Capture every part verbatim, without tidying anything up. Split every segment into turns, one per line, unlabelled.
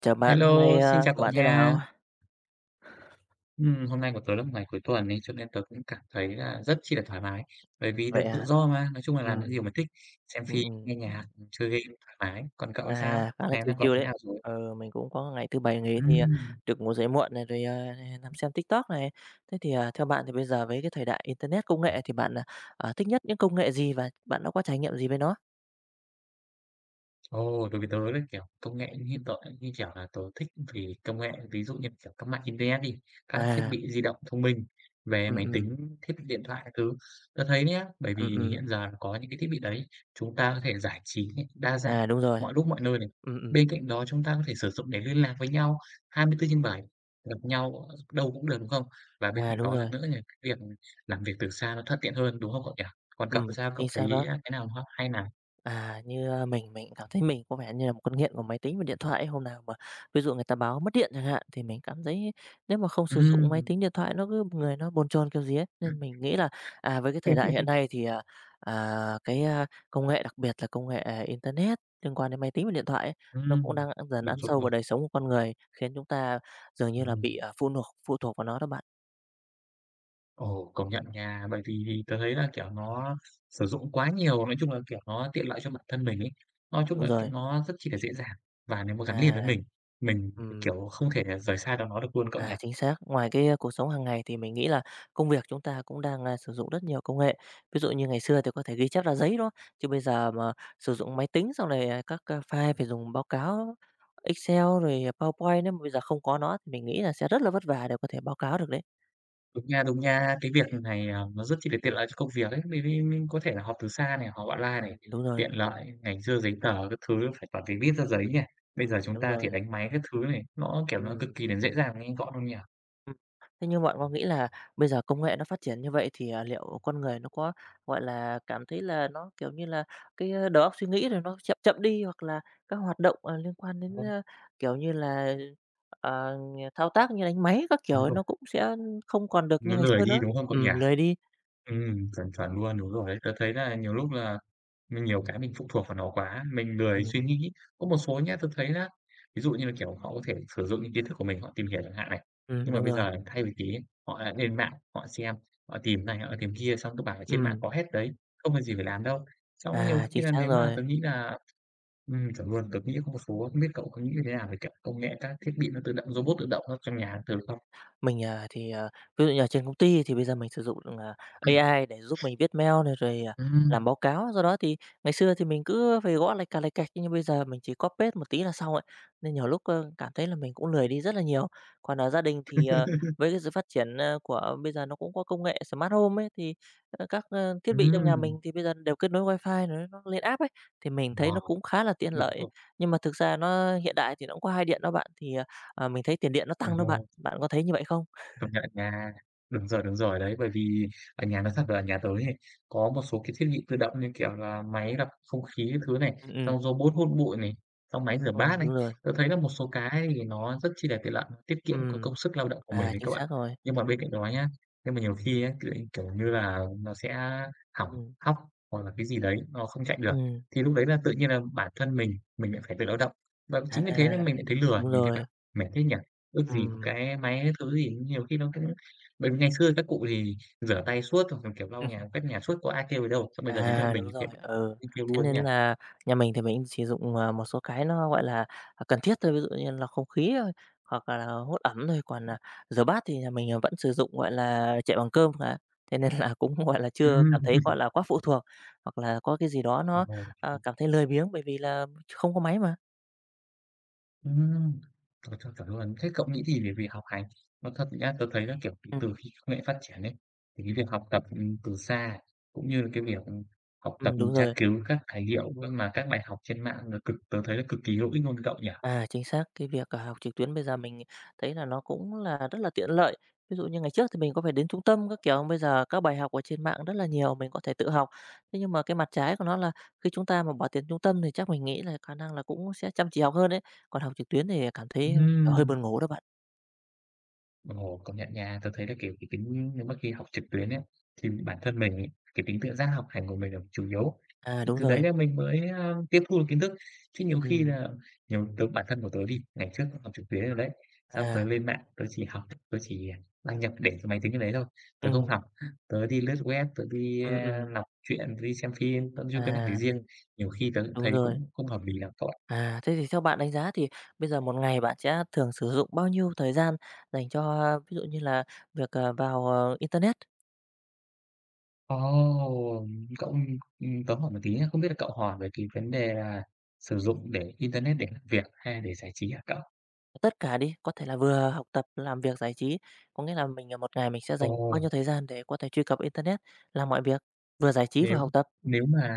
Chào bạn, hôm nay,
Hello,
a,
xin chào
của
cậu
bạn thế
nha.
nào?
Ừm, hôm nay của tớ là một ngày cuối tuần ấy, cho nên tớ cũng cảm thấy là rất chi là thoải mái. Bởi vì được
Vậy
tự
à?
do mà, nói chung là làm những điều
Ừm,
mình thích, xem
ừm,
phim,
ừm,
nghe nhạc, chơi game thoải mái. Còn cậu
à,
thì sao?
khá là
Ngày hôm
chill
nay cậu
chill
thế
đấy.
nào rồi?
Ờ, mình cũng có ngày thứ Bảy nghỉ thì, à,
Ừm.
được ngủ dậy muộn này, rồi, à, nằm xem TikTok này. Thế thì, à, theo bạn thì bây giờ với cái thời đại internet, công nghệ thì bạn, à, à, thích nhất những công nghệ gì và bạn đã có trải nghiệm gì với nó?
Ồ, đối với tớ đấy, kiểu, công nghệ hiện tại như kiểu là tớ thích vì công nghệ, ví dụ như kiểu các mạng internet đi, các thiết
À,
bị di động thông minh, về
ừm,
máy
ừm,
tính, thiết bị điện thoại các thứ. Tớ thấy nhé, bởi
ừm,
vì
ừm,
hiện giờ có những cái thiết bị đấy, chúng ta có thể giải trí này, đa dạng
à, đúng rồi,
mọi lúc mọi nơi này.
ừm, ừm,
Bên cạnh đó chúng ta có thể sử dụng để liên lạc với nhau hai mươi tư trên bảy, gặp nhau ở đâu cũng được, đúng không? Và bên
à,
cạnh
đúng
đó là
rồi,
nữa là cái việc làm việc từ xa nó thuận tiện hơn, đúng không cậu nhỉ? Còn cậu
ừm,
sao? Cậu
chính xác đó.
thấy, cái nào hay nào?
À, như, a, mình mình cảm thấy mình có vẻ như là một con nghiện của máy tính và điện thoại ấy. Hôm nào mà ví dụ người ta báo mất điện chẳng hạn, thì mình cảm thấy nếu mà không sử dụng máy
Ừm.
tính, điện thoại nó cứ người nó bồn chồn kiểu gì ấy. Nên mình nghĩ là, à, với cái thời đại hiện nay thì, à, à, cái, a, công nghệ, đặc biệt là công nghệ, à, internet liên quan đến máy tính và điện thoại ấy, nó cũng
Ừm,
đang dần
đúng
ăn sâu vào
rồi.
đời sống của con người, khiến chúng ta dường như là
Ừm.
bị, à, phụ nục phụ thuộc vào nó đó bạn.
Ồ, công nhận nha, bởi vì vì tớ thấy là, kiểu, nó sử dụng quá nhiều, nói chung là, kiểu, nó tiện lợi cho bản thân mình ấy. Nói chung
Đúng
là c
rồi.
nó rất chi là dễ dàng và nếu mà gắn liền với
À.
mình, mình,
Ừm.
kiểu, không thể rời xa được nó được luôn cậu nhỉ?
À, chính xác. Ngoài cái, a, cuộc sống hàng ngày thì mình nghĩ là công việc chúng ta cũng đang, a, sử dụng rất nhiều công nghệ. Ví dụ như ngày xưa thì có thể ghi chép ra giấy, đó. Chứ bây giờ mà sử dụng máy tính xong rồi, à, các, a, file phải dùng báo cáo Excel rồi PowerPoint, nếu mà bây giờ không có nó thì mình nghĩ là sẽ rất là vất vả để có thể báo cáo được đấy.
Đúng nha, đúng nha, cái việc này, à, nó rất chi là tiện lợi cho công việc ấy, bởi vì mình có thể là họp từ xa này, họp online
Ừm.
này,
Đúng rồi,
tiện lợi, ngày xưa giấy tờ các thứ phải toàn phải viết ra giấy nhỉ, bây giờ chúng
đúng
ta
rồi.
thì đánh máy các thứ này, nó, kiểu, nó cực
Ừm.
kỳ là dễ dàng, nhanh gọn luôn nhỉ?
Ừm. Thế nhưng bạn có nghĩ là bây giờ công nghệ nó phát triển như vậy thì, à, liệu con người nó có, gọi là, cảm thấy là nó, kiểu như là, cái, ơ, đầu óc suy nghĩ rồi nó chậm chậm đi hoặc là các hoạt động, ờ, liên quan đến, ơ, kiểu như là, ờ, thao tác như đánh máy các kiểu
Đúng
ấy,
rồi.
nó cũng sẽ không còn được như
Nó
ngày
lười
xưa
đi,
nữa?
đúng không cậu nhỉ?
Ừm, lười đi.
Ừm, chuẩn, chuẩn luôn, đúng rồi đấy. Tớ thấy là nhiều lúc là mình nhiều cái mình phụ thuộc vào nó quá, mình lười
Ừm,
suy nghĩ. Có một số nhá, tớ thấy là ví dụ như là, kiểu, họ có thể sử dụng những kiến thức của mình họ tìm hiểu chẳng hạn này,
ừm,
nhưng mà
đúng
bây
rồi.
giờ thay vì thế họ lại lên mạng, họ xem, họ tìm này, họ tìm kia, xong cứ bảo là trên mạng
Ừm,
có hết đấy, không việc gì phải làm đâu. Xong nhiều
à, chính
khi là
xác
nếu mà
rồi.
tớ nghĩ là ừm, chuẩn luôn, tớ nghĩ có một số không biết cậu có nghĩ như thế nào về, kiểu, công nghệ các thiết bị nó tự động, robot tự động nó trong nhà các thứ không?
Mình, à, thì, à, ví dụ như là trên công ty thì bây giờ mình sử dụng, à, a i để giúp mình viết mail này, rồi, à, làm
Ừm.
báo cáo. Do đó thì ngày xưa thì mình cứ phải gõ lạch cạch, lạch cạch, nhưng bây giờ mình chỉ copy paste một tí là xong ấy, nên nhiều lúc, ơ, cảm thấy là mình cũng lười đi rất là nhiều. Còn ở gia đình thì, ờ, với cái sự phát triển, ờ, của bây giờ nó cũng có công nghệ smart home ấy, thì, ờ, các, ơ, thiết
Ừm.
bị trong nhà mình
Ừm.
thì bây giờ đều kết nối wifi rồi nó lên app ấy, thì mình thấy nó
Ờ.
cũng khá là tiện
Đúng
lợi ấy.
rồi,
Nhưng mà thực ra nó hiện đại thì nó cũng có hai điện đó bạn, thì, ờ, mình thấy tiền điện nó tăng đó bạn,
ồ,
bạn có thấy như vậy không?
công nhận nha. Đúng rồi, đúng rồi đấy, bởi vì ở nhà nói thật là ở nhà tớ này, có một số cái thiết bị tự động như kiểu là máy lọc không khí các thứ này,
Ừm, ừm,
xong robot hút bụi này, xong máy rửa
ừm,
bát
đúng
này.
rồi,
Tớ thấy là một số cái thì nó rất chi là tiện lợi, nó tiết kiệm cái
ừm,
công sức lao động của mình
à,
đấy
chính
các bạn.
xác rồi,
Nhưng mà bên cạnh đó nhá, nhưng mà nhiều khi á, kiểu, kiểu như là, nó sẽ hỏng,
ừm,
hóc hoặc là cái gì đấy, nó không chạy được,
ừm,
thì lúc đấy là tự nhiên là bản thân mình, mình lại phải tự lao động. Và
à,
chính vì thế nên mình lại thấy lười,
đúng
mình thấy
rồi,
bảo: "Mệt thế nhỉ?" Ước gì có
ừm,
cái máy các thứ thì nhiều khi nó cũng bởi vì ngày xưa các cụ thì rửa tay suốt hoặc là, kiểu, lau nhà, quét nhà suốt có ai kêu gì đâu, xong bây giờ đến lượt
à,
mình
đúng
thì
rồi,
kêu
ừ.
kêu luôn
Thế
ấy
nên
nhỉ?
là nhà mình thì mình sử dụng, à, một số cái nó, gọi là, à, cần thiết thôi, ví dụ như là không khí thôi, hoặc là hút ẩm thôi, còn, à, rửa bát thì nhà mình, à, vẫn sử dụng, gọi là, chạy bằng cơm mà, thế nên là cũng, gọi là, chưa
Ừm.
cảm thấy, gọi là, quá phụ thuộc, hoặc là có cái gì đó
Ờ,
nó, à, cảm thấy lười biếng bởi vì là không có máy mà.
ừm, trời, trời, chuẩn luôn. Thế cậu nghĩ thì về việc học hành nói thật nhá, tớ thấy là, kiểu, từ từ
Ừm.
khi công nghệ phát triển ấy, thì cái việc học tập, ừm, từ xa cũng như là cái việc, ừm, học tập
Ừm,
ừ,
đúng
tra
rồi.
cứu các tài liệu, ơ, mà các bài học trên mạng là cực tớ thấy là cực kỳ hữu ích luôn cậu nhỉ?
À, chính xác, cái việc, à, học trực tuyến bây giờ mình thấy là nó cũng là rất là tiện lợi. Ví dụ như ngày trước thì mình có phải đến trung tâm các kiểu, bây giờ các bài học ở trên mạng rất là nhiều, mình có thể tự học. Thế nhưng mà cái mặt trái của nó là khi chúng ta mà bỏ tiền trung tâm thì chắc mình nghĩ là khả năng là cũng sẽ chăm chỉ học hơn đấy, còn học trực tuyến thì cảm thấy, hơi
Ừm.
buồn ngủ đó bạn.
Ồ, công nhận nha. Tôi thấy là, kiểu, cái tính nếu mà khi học trực tuyến ấy, thì bản thân mình ấy, cái tính tự giác học hành của mình là chủ yếu,
À,
thì
đúng
từ đấy
rồi.
là mình mới, a, tiếp thu được kiến thức. Chứ nhiều khi
Ừm,
là nhiều tớ bản thân của tớ đi, ngày trước học trực tuyến rồi đấy, xong
à,
tớ lên mạng tớ chỉ học, tớ chỉ đăng nhập để cái máy tính trên đấy thôi, tớ không
ừm,
học. Tớ đi lướt web, tớ đi,
ừm,
a,
ừm,
đọc truyện, tớ đi xem phim, tớ chưa cái làm việc
à,
riêng. Nhiều khi tớ
đúng
thấy
rồi.
cũng không hợp lý lắm cậu.
À, thế thì theo bạn đánh giá thì bây giờ một ngày bạn sẽ thường sử dụng bao nhiêu thời gian dành cho, ví dụ như là, việc, ờ, vào, ờ, internet?
Ồ! Cậu, ừm, ừm, tớ hỏi một tí nha, không biết là cậu hỏi về cái vấn đề là sử dụng để internet để làm việc hay để giải trí hả cậu?
Tất cả đi, có thể là vừa học tập, làm việc, giải trí, có nghĩa là mình, ờ, một ngày mình sẽ
Ồ,
dành bao nhiêu thời gian để có thể truy cập internet, làm mọi việc, vừa giải trí vừa
nếu
học tập?
nếu mà,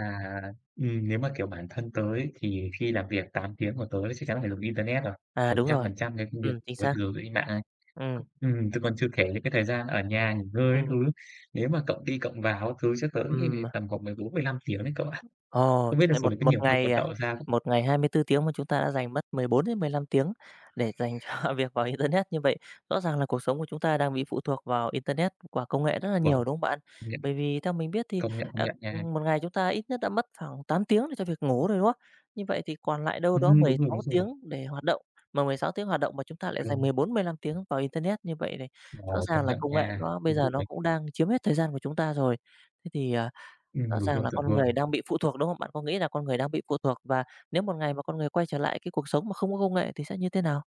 ừm, nếu mà, kiểu, bản thân tớ ấy, thì khi làm việc tám tiếng của tớ thì chắc chắn phải dùng internet rồi,
À,
Một
đúng
trăm
rồi,
phần trăm cái công việc
ừm, chính
của tớ
xác,
thì dùng trên mạng này.
ừm,
Ừm, chứ còn chưa kể những cái thời gian ở nhà nghỉ ngơi ấy thứ.
ừm,
Nếu mà cậu đi cộng vào các thứ chắc tớ nghĩ
ừm.
phải tầm khoảng mười bốn, mười lăm tiếng đấy cậu ạ.
Ồ,
Không biết là
vậy
số
một
đấy có
một
nhiều không?
ngày,
Còn
à,
cậu sao?
một ngày hai mươi tư tiếng mà chúng ta đã dành mất mười bốn đến mười 15 tiếng để dành cho việc vào internet như vậy, rõ ràng là cuộc sống của chúng ta đang bị phụ thuộc vào internet và công nghệ rất là
Wow,
nhiều,
công
đúng không bạn?
nhận,
Bởi vì theo mình biết thì,
công nhận, công
à,
nhận nha.
một ngày chúng ta ít nhất đã mất khoảng tám tiếng để cho việc ngủ rồi, đúng không? Như vậy thì còn lại đâu đó
Ừm,
mười
đúng rồi,
sáu
đúng rồi.
tiếng để hoạt động, mà mười sáu tiếng hoạt động mà chúng ta lại dành
Ừm,
mười bốn, mười 15 tiếng vào internet như vậy này, rõ
ờ,
ràng
công
là
nhận
công nghệ
nha,
nó bây
đúng
giờ
chuẩn
nó
đấy.
cũng đang chiếm hết thời gian của chúng ta rồi. Thế thì, à, rõ
Ừm, đúng,
ràng
đúng
là
chuẩn
con người
luôn.
đang bị phụ thuộc, đúng không? Bạn có nghĩ là con người đang bị phụ thuộc và nếu một ngày mà con người quay trở lại cái cuộc sống mà không có công nghệ thì sẽ như thế nào?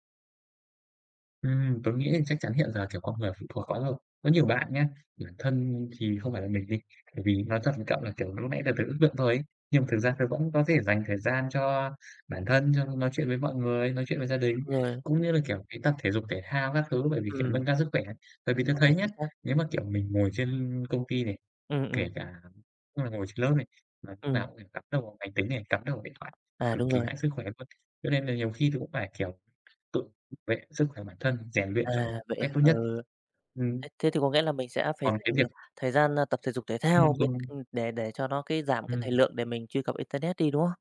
Ừm, tớ nghĩ chắc chắn hiện giờ, kiểu, con người phụ thuộc quá rồi. Có nhiều bạn nhá, bản thân thì không phải là mình đi, bởi vì nói thật với cậu là, kiểu, lúc nãy là tớ ước lượng thôi ấy, nhưng mà thực ra tớ vẫn có thể dành thời gian cho bản thân, cho nói chuyện với mọi người, nói chuyện với gia đình,
Đúng rồi,
cũng như là, kiểu, cái tập thể dục thể thao các thứ, bởi vì, kiểu,
ừm,
nâng cao sức khỏe. Bởi vì tớ
à,
thấy
chính
nhá,
xác.
nếu mà, kiểu, mình ngồi trên công ty này,
Ừm,
kể
ừm,
cả lúc mà ngồi trên lớp này, mà lúc nào
ừm,
cũng phải cắm đầu vào máy tính này, cắm đầu vào điện thoại,
à,
cực
đúng
kỳ
rồi,
hại sức khỏe luôn. Cho nên là nhiều khi tôi cũng phải, kiểu, tự vệ sức khỏe bản thân, rèn luyện
à,
cho nó một
vậy à?
cách tốt nhất.
Ừ,
Ừm,
thế thế thì có nghĩa là mình sẽ phải
còn cái
dành
việc
thời gian, a, tập thể dục thể thao
ừm,
bên
còn
ừm, để để cho nó cái giảm cái
ừm.
thời lượng để mình truy cập internet đi, đúng không?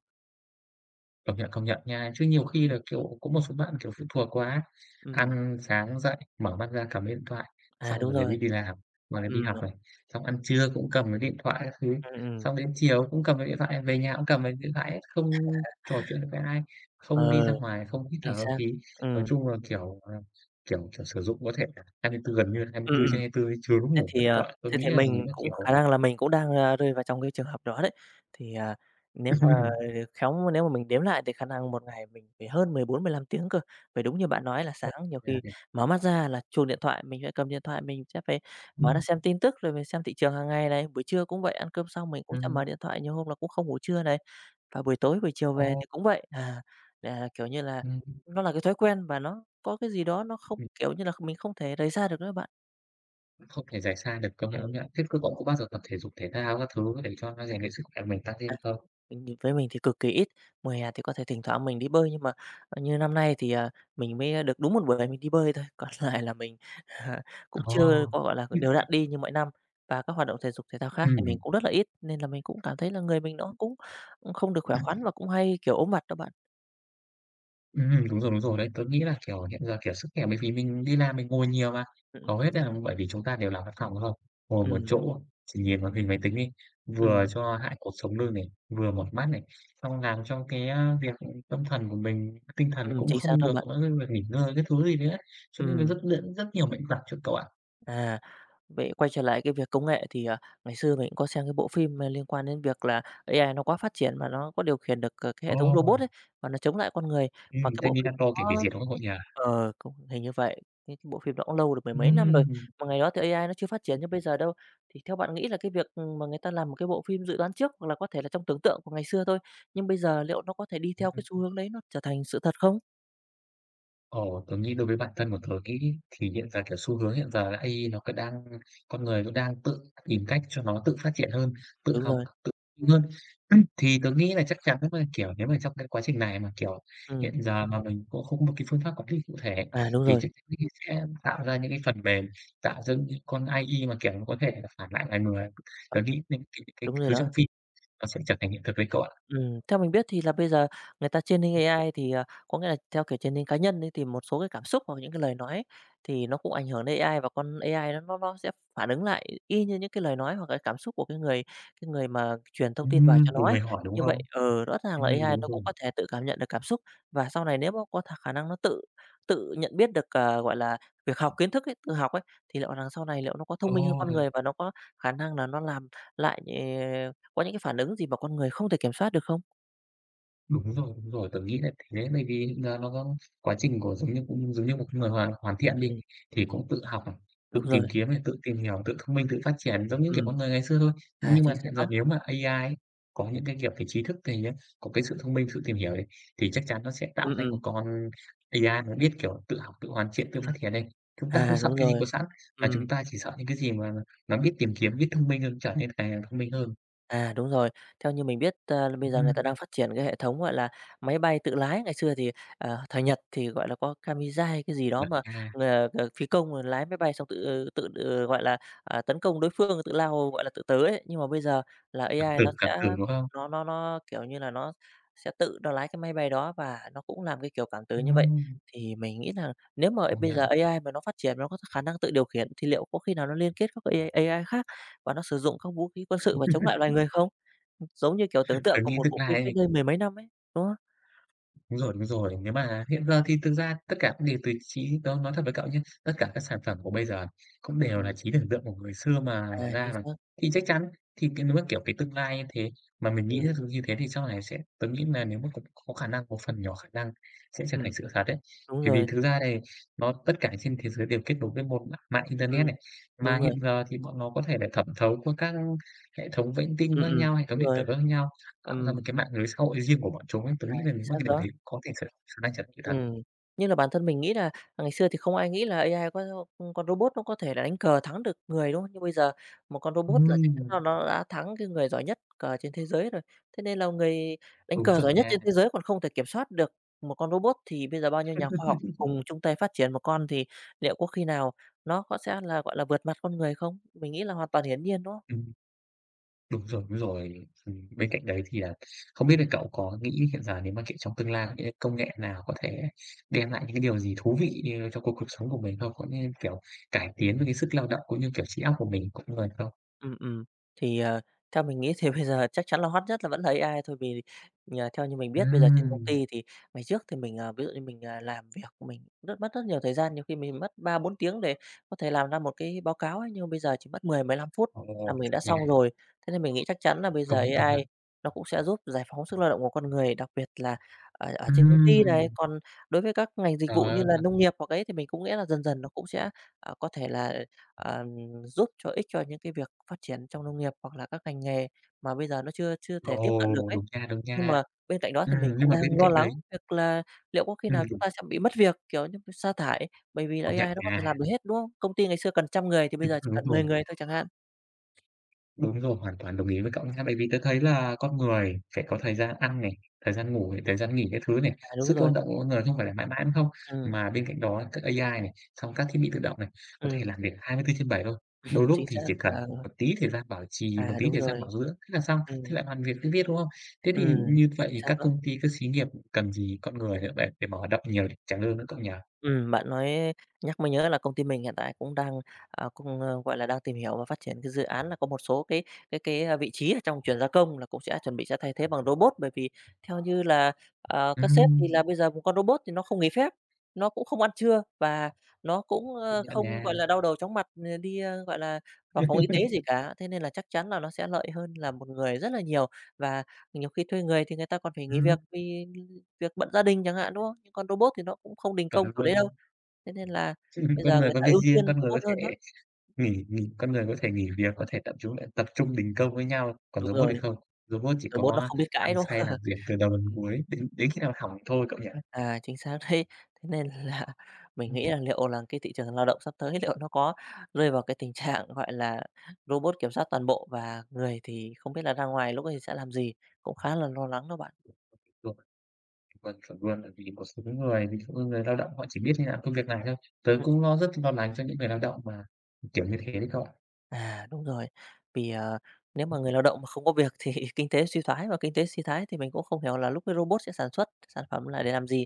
Công nhận, công nhận nha. Chứ nhiều khi
Ừm,
là, kiểu, có một số bạn, kiểu, phụ thuộc quá
ừm,
ăn sáng dậy, mở mắt ra cầm cái điện thoại,
à,
xong
đúng
rồi đến
rồi,
đi đi làm hoặc là đi
ừm,
học này, xong ăn trưa cũng cầm cái điện thoại các thứ,
ừm, ừm,
xong đến chiều cũng cầm cái điện thoại, về nhà cũng cầm cái điện thoại hết, không trò chuyện được với ai, không đi
ờ,
ra ngoài, không hít
chính
thở không
xác,
khí. Nói
ừm,
chung là, kiểu, à, kiểu kiểu, sử dụng có thể là hai tư gần như là
ừm, ừm.
hai mươi tư trên hai mươi tư ấy, trừ lúc
Thế
ngủ nữa
thì,
cơ.
ờ,
Tôi
thế
nghĩ
thì
là nếu
mình
mà,
cũng khả
kiểu
năng là mình cũng đang, a, rơi vào trong cái trường hợp đó đấy. Thì, à, nếu mà khéo nếu mà mình đếm lại thì khả năng một ngày mình phải hơn mười bốn mười 15 tiếng cơ. Bởi đúng như bạn nói là sáng nhiều khi mở mắt ra là chuông điện thoại, mình phải cầm điện thoại, mình sẽ phải
ừm,
mở ra
ừm.
xem
Ồ.
tin tức rồi mình xem thị trường hàng ngày này. Buổi trưa cũng vậy, ăn cơm xong mình cũng sẽ mở
Ừm.
điện thoại, nhiều hôm là cũng không ngủ trưa này. Và buổi tối, buổi chiều về
Ồ,
thì cũng vậy. À, à, kiểu như là,
ừm.
nó là cái thói quen và nó có cái gì đó nó không kiểu như là, mình không thể rời xa được nữa bạn.
Không thể rời xa được, công nhận,
Ừm.
công nhận. Thế cô cậu có bao giờ tập thể dục thể thao các thứ để cho nó rèn luyện sức khỏe của mình tăng lên không?
Ừm, với mình thì cực kỳ ít, mùa hè thì có thể thỉnh thoảng mình đi bơi, nhưng mà, ờ, như năm nay thì, à, mình mới được đúng một buổi mình đi bơi thôi, còn lại là mình cũng chưa
Ồ.
có, gọi là, đều đặn đi như mọi năm. Và các hoạt động thể dục thể thao khác thì mình
Ừm,
cũng rất là ít, nên là mình cũng cảm thấy là người mình nó cũng cũng không được khỏe khoắn và cũng hay, kiểu, ốm vặt đó bạn.
ừm, ừm, đúng rồi, đúng rồi đấy. Tớ nghĩ là, kiểu, hiện giờ, kiểu, sức khỏe bởi vì mình đi làm mình ngồi nhiều mà,
Ừm,
hầu
ừm,
hết
đúng
là
rồi.
bởi vì chúng ta đều làm văn phòng đúng không? Ngồi một
Ừm,
chỗ, chỉ nhìn màn hình máy tính đi, vừa
ừm,
cho hại cột sống lưng này, vừa mỏi mắt này, xong làm cho cái, a, việc tâm thần của mình, tinh thần nó
ừm,
cũng
chính xác
không
đó
được,
bạn.
có những cái việc nghỉ ngơi các thứ gì nữa, cho nên là
Ừm,
rất rất rất nhiều bệnh vặt chứ cậu ạ.
à. Vậy quay trở lại cái việc công nghệ thì, à, ngày xưa mình cũng có xem cái bộ phim, à, liên quan đến việc là a i nó quá phát triển mà nó có điều khiển được, ờ, cái hệ thống
Ồ.
robot ấy, và nó chống lại con người. Mà
Ừm,
cái
thế
bộ phim
Minato kẻ hủy
nó
diệt, đúng không cậu nhỉ?
ờ, cũng hình như vậy, cái cái bộ phim đó cũng lâu được mười mấy năm rồi,
Ừm.
mà ngày đó thì a i nó chưa phát triển như bây giờ đâu. Thì theo bạn nghĩ là cái việc, ừ, mà người ta làm một cái bộ phim dự đoán trước hoặc là có thể là trong tưởng tượng của ngày xưa thôi, nhưng bây giờ liệu nó có thể đi theo cái xu hướng đấy nó trở thành sự thật không?
Ồ, tớ nghĩ đối với bản thân của tớ nghĩ thì hiện giờ, kiểu, xu hướng hiện giờ là a i nó cứ đang con người nó đang tự tìm cách cho nó tự phát triển hơn, tự
Đúng
học,
rồi,
tự hơn. Thì tớ nghĩ là chắc chắn nếu mà, kiểu, nếu mà trong cái quá trình này mà, kiểu,
ừm,
hiện giờ mà mình cũng không có một cái phương pháp quản lý cụ thể
à, đúng
thì
rồi,
chắc chắn sẽ tạo ra những cái phần mềm, tạo ra những con a i mà, kiểu, nó có thể là phản lại lại người.
ờ,
Tớ nghĩ những cái cái
đúng rồi
thứ
đó.
trong phim nó sẽ trở thành hiện thực đấy cậu ạ.
Ừm, theo mình biết thì là bây giờ người ta training a i thì, à, có nghĩa là theo kiểu training cá nhân ấy, thì một số cái cảm xúc hoặc những cái lời nói ấy, thì nó cũng ảnh hưởng đến a i và con a i nó nó nó sẽ phản ứng lại y như những cái lời nói hoặc cái cảm xúc của cái người cái người mà truyền thông tin vào cho
Ừm,
nó
cùng
ấy.
người hỏi, đúng
Như vậy
không?
ừ, rõ ràng là
Ừm,
a i
đúng
nó cũng
rồi.
có thể tự cảm nhận được cảm xúc và sau này nếu mà có th khả năng nó tự tự nhận biết được, ờ, gọi là, việc học kiến thức ấy, tự học ấy, thì liệu rằng sau này liệu nó có thông minh hơn
Ồ,
con
thật
người và nó có khả năng là nó làm lại, ờ có những cái phản ứng gì mà con người không thể kiểm soát được không?
đúng rồi, đúng rồi, tớ nghĩ là thế, bởi vì là nó có quá trình của giống như cũng giống như một cái người hoàn hoàn thiện đi,
Ừm,
thì cũng tự học,
đúng
tự tìm
rồi,
kiếm này, tự tìm hiểu, tự thông minh, tự phát triển giống như, kiểu,
ừm,
con người ngày xưa thôi.
à,
Nhưng
chính
mà
xác
hiện giờ
đó.
nếu mà a i ấy, có những cái, kiểu, về trí thức thì nhá, có cái sự thông minh, sự tìm hiểu ấy, thì chắc chắn nó sẽ tạo
Ừm,
thành
ừm,
một con ây ai nó biết, kiểu, tự học, tự hoàn thiện, tự phát triển này. Chúng ta không
à,
sợ
đúng
cái gì
rồi,
có sẵn, mà chúng
ừm.
ta chỉ sợ những cái gì mà nó biết tìm kiếm, biết thông minh hơn, trở nên càng thông minh hơn.
À, đúng rồi. Theo như mình biết, ờ, là bây giờ người ta
Ừm,
đang phát triển cái hệ thống, gọi là, máy bay tự lái. Ngày xưa thì, ờ, thời Nhật thì, gọi là, có Kamizai cái gì đó
chuẩn
mà,
nha.
ờ, ờ, phi công rồi lái máy bay xong tự tự, ừ, gọi là, à, tấn công đối phương, tự lao, gọi là, tự tới ấy. Nhưng mà bây giờ là
Cảm
a i nó
tưởng, cảm
sẽ
tưởng, đúng không?
nó nó nó, kiểu như là, nó sẽ tự nó lái cái máy bay đó và nó cũng làm cái kiểu cảm tử như vậy.
Ừm,
Thì mình nghĩ là nếu mà
công
bây giờ
nhận.
a i mà nó phát triển, nó có khả năng tự điều khiển thì liệu có khi nào nó liên kết các a i a i khác và nó sử dụng các vũ khí quân sự và chống lại loài người không? Giống như kiểu tưởng tượng
Tớ
của
nghĩ
một
tương
bộ phim
lai
cách
ấy,
đây mười mấy năm ấy, đúng không?
đúng rồi, đúng rồi. Nếu mà hiện giờ thì thực ra tất cả cũng đều từ trí đó nói thật với cậu nhé, tất cả các sản phẩm của bây giờ cũng đều là
Ừm,
trí tưởng tượng của người xưa mà
à,
làm ra
chính
mà.
xác.
Thì chắc chắn thì cái nếu mà, kiểu, cái tương lai như thế mà mình nghĩ ra
Ừm,
được như thế thì sau này sẽ tớ nghĩ là nếu mà cũng có khả năng, một phần nhỏ khả năng sẽ trở thành
ừm,
sự thật đấy.
đúng
Bởi vì
rồi,
thực ra này nó tất cả trên thế giới đều kết nối với một mạng mạng
ừm,
internet này, mà
đúng rồi,
hiện giờ thì bọn nó có thể là thẩm thấu qua các hệ thống vệ tinh
ừm,
khác
ừm,
nhau, hệ thống
đúng
điện tử
rồi,
khác nhau. Tạo ra một
ừm,
cái mạng lưới xã hội riêng của bọn chúng
à,
ấy, tớ nghĩ là
chính
nếu mà
xác
cái điều
đó.
đấy có thể xảy xảy ra thật sự thật.
Ừm, nhưng là bản thân mình nghĩ là à, ngày xưa thì không ai nghĩ là a i có con robot nó có thể là đánh cờ thắng được người, đúng không? Nhưng bây giờ một con robot là chắc chắn là
Ừm.
nó đã thắng cái người giỏi nhất cờ trên thế giới rồi. Thế nên là người đánh
Đúng,
cờ
chuẩn
giỏi nhất
nha.
trên thế giới còn không thể kiểm soát được một con robot, thì bây giờ bao nhiêu nhà khoa học cùng chung tay phát triển một con thì liệu có khi nào nó có sẽ là, gọi là, vượt mặt con người không? Mình nghĩ là hoàn toàn hiển nhiên, đúng không?
Ừm, đúng rồi, đúng rồi. Ừm, bên cạnh đấy thì là không biết là cậu có nghĩ hiện giờ nếu mà kiểu trong tương lai những cái công nghệ nào có thể đem lại những cái điều gì thú vị, ờ, cho cuộc cuộc sống của mình không? Có nên, kiểu, cải tiến về cái sức lao động cũng như, kiểu, trí óc của mình, con người không?
Ừm, ừm. Thì, ờ, theo mình nghĩ thì bây giờ chắc chắn là hot nhất là vẫn là a i thôi, vì nhờ theo như mình biết bây giờ trên công
Ừm.
ty thì ngày trước thì mình, ờ, ví dụ như mình, à, làm việc mình rất mất rất nhiều thời gian, nhiều khi mình mất ba bốn tiếng để có thể làm ra một cái báo cáo ấy, nhưng bây giờ chỉ mất mười mười lăm phút là
Ồ,
mình đã
chuẩn nha,
xong rồi. Thế nên mình nghĩ chắc chắn là bây giờ
công nhận, công nhận.
a i nó cũng sẽ giúp giải phóng sức lao động của con người, đặc biệt là ở ở trên công ty này.
Ừm.
Còn đối với các ngành dịch
Trời
vụ như
ơi,
là nông nghiệp hoặc ấy thì mình cũng nghĩ là dần dần nó cũng sẽ, ờ, có thể là, ờ giúp cho ích cho những cái việc phát triển trong nông nghiệp hoặc là các ngành nghề mà bây giờ nó chưa chưa
ồ,
thể tiếp cận được ấy.
đúng nha, đúng
Nhưng
nha.
mà bên cạnh đó
Ừm,
thì mình
nhưng
cũng
mà
đang
bên
lo
cạnh
lắng
đấy
việc là liệu có khi
ừm,
nào chúng
đúng,
ta sẽ bị mất việc, kiểu như, sa thải, bởi vì là
công nhận
a i nó có thể làm
nha.
được hết, đúng không? Công ty ngày xưa cần trăm người thì bây giờ chỉ
Ừm, đúng
cần
rồi,
mười người thôi chẳng hạn.
đúng rồi, hoàn toàn đồng ý với cậu nha. Bởi vì tớ thấy là con người phải có thời gian ăn này, thời gian ngủ này, thời gian nghỉ các thứ này,
À, đúng
sức lao
rồi.
động của con người không phải là mãi mãi đúng không?
ừ
Mà bên cạnh đó các a i này, xong các thiết bị tự động này, có thể
ừ
làm việc hai mươi tư trên bảy thôi. Đôi lúc
chính
thì
xác.
chỉ cần
Ờ,
một tí thời gian bảo trì, một
à,
tí
đúng
thời gian
rồi.
bảo dưỡng, thế là xong,
ừ
thế lại hoàn việc tiếp tiếp, đúng không? Thế
ừ
thì như vậy
chính
thì
xác
các
đó.
công ty, các xí nghiệp cần gì con người nữa để để mà hoạt động nhiều để trả lương nữa cậu nhỉ?
Ừm, bạn nói nhắc mới nhớ là công ty mình hiện tại cũng đang, à, cũng, ơ, gọi là, đang tìm hiểu và phát triển cái dự án là có một số cái cái cái, a, vị trí ở trong chuyển gia công là cũng sẽ chuẩn bị sẽ thay thế bằng robot. Bởi vì theo như là, ờ, các sếp thì là
Ừm,
bây giờ một con robot thì nó không nghỉ phép, nó cũng không ăn trưa và nó cũng,
công
ơ,
nhận
không,
nha.
gọi là, đau đầu chóng mặt, ờ, đi, ơ, gọi là, vào phòng y tế gì cả. Thế nên là chắc chắn là nó sẽ lợi hơn là một người rất là nhiều và nhiều khi thuê người thì người ta còn phải nghỉ
Ừm,
việc vì việc bận gia đình chẳng hạn, đúng không? Nhưng con robot thì nó cũng không đình
chuẩn
công kiểu đấy đâu,
luôn.
thế nên là
Chứ
bây
con
giờ
người
người
có
ta
việc
ưu
riêng,
tiên
con người có
robot hơn đó.
thể nghỉ nghỉ con người có thể nghỉ việc, có thể thậm chú lại tập trung đình công với nhau, còn
Đúng
robot
rồi,
thì không. Robot chỉ
robot nó
có
không biết cãi,
hăng
đúng
say
không?
làm việc từ đầu đến cuối, đến đến khi nào hỏng thì thôi cậu nhỉ?
À, chính xác đấy. Thế nên là mình
Ừm,
nghĩ là liệu là cái thị trường lao động sắp tới liệu nó có rơi vào cái tình trạng, gọi là, robot kiểm soát toàn bộ và người thì không biết là ra ngoài lúc ấy sẽ làm gì, cũng khá là lo lắng đó bạn.
chuẩn, chuẩn, chuẩn luôn, bởi vì một số người, ví dụ như người lao động họ chỉ biết đi làm công việc này thôi. Tớ cũng lo rất lo lắng cho những người lao động mà, kiểu như thế đấy cậu ạ.
À, đúng rồi. Vì, ờ, nếu mà người lao động mà không có việc thì kinh tế suy thoái, và kinh tế suy thoái thì mình cũng không hiểu là lúc ấy robot sẽ sản xuất sản phẩm là để làm gì?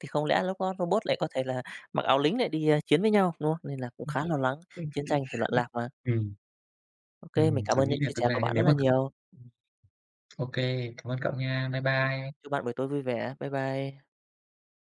Thì không lẽ lúc đó robot lại có thể là mặc áo lính lại đi, a, chiến với nhau, đúng không? Nên là cũng khá lo lắng, chiến tranh thì loạn lạc mà.
Ừm,
OK mình
ừm,
cảm
tớ
ơn những
nghĩ là
chia
tương
sẻ của
lai
bạn rất
nếu
là
mà cậu
nhiều.
ô kê, cảm ơn cậu nha. Bye
Ừm,
bye.
chúc bạn buổi tối vui vẻ. Bye bye.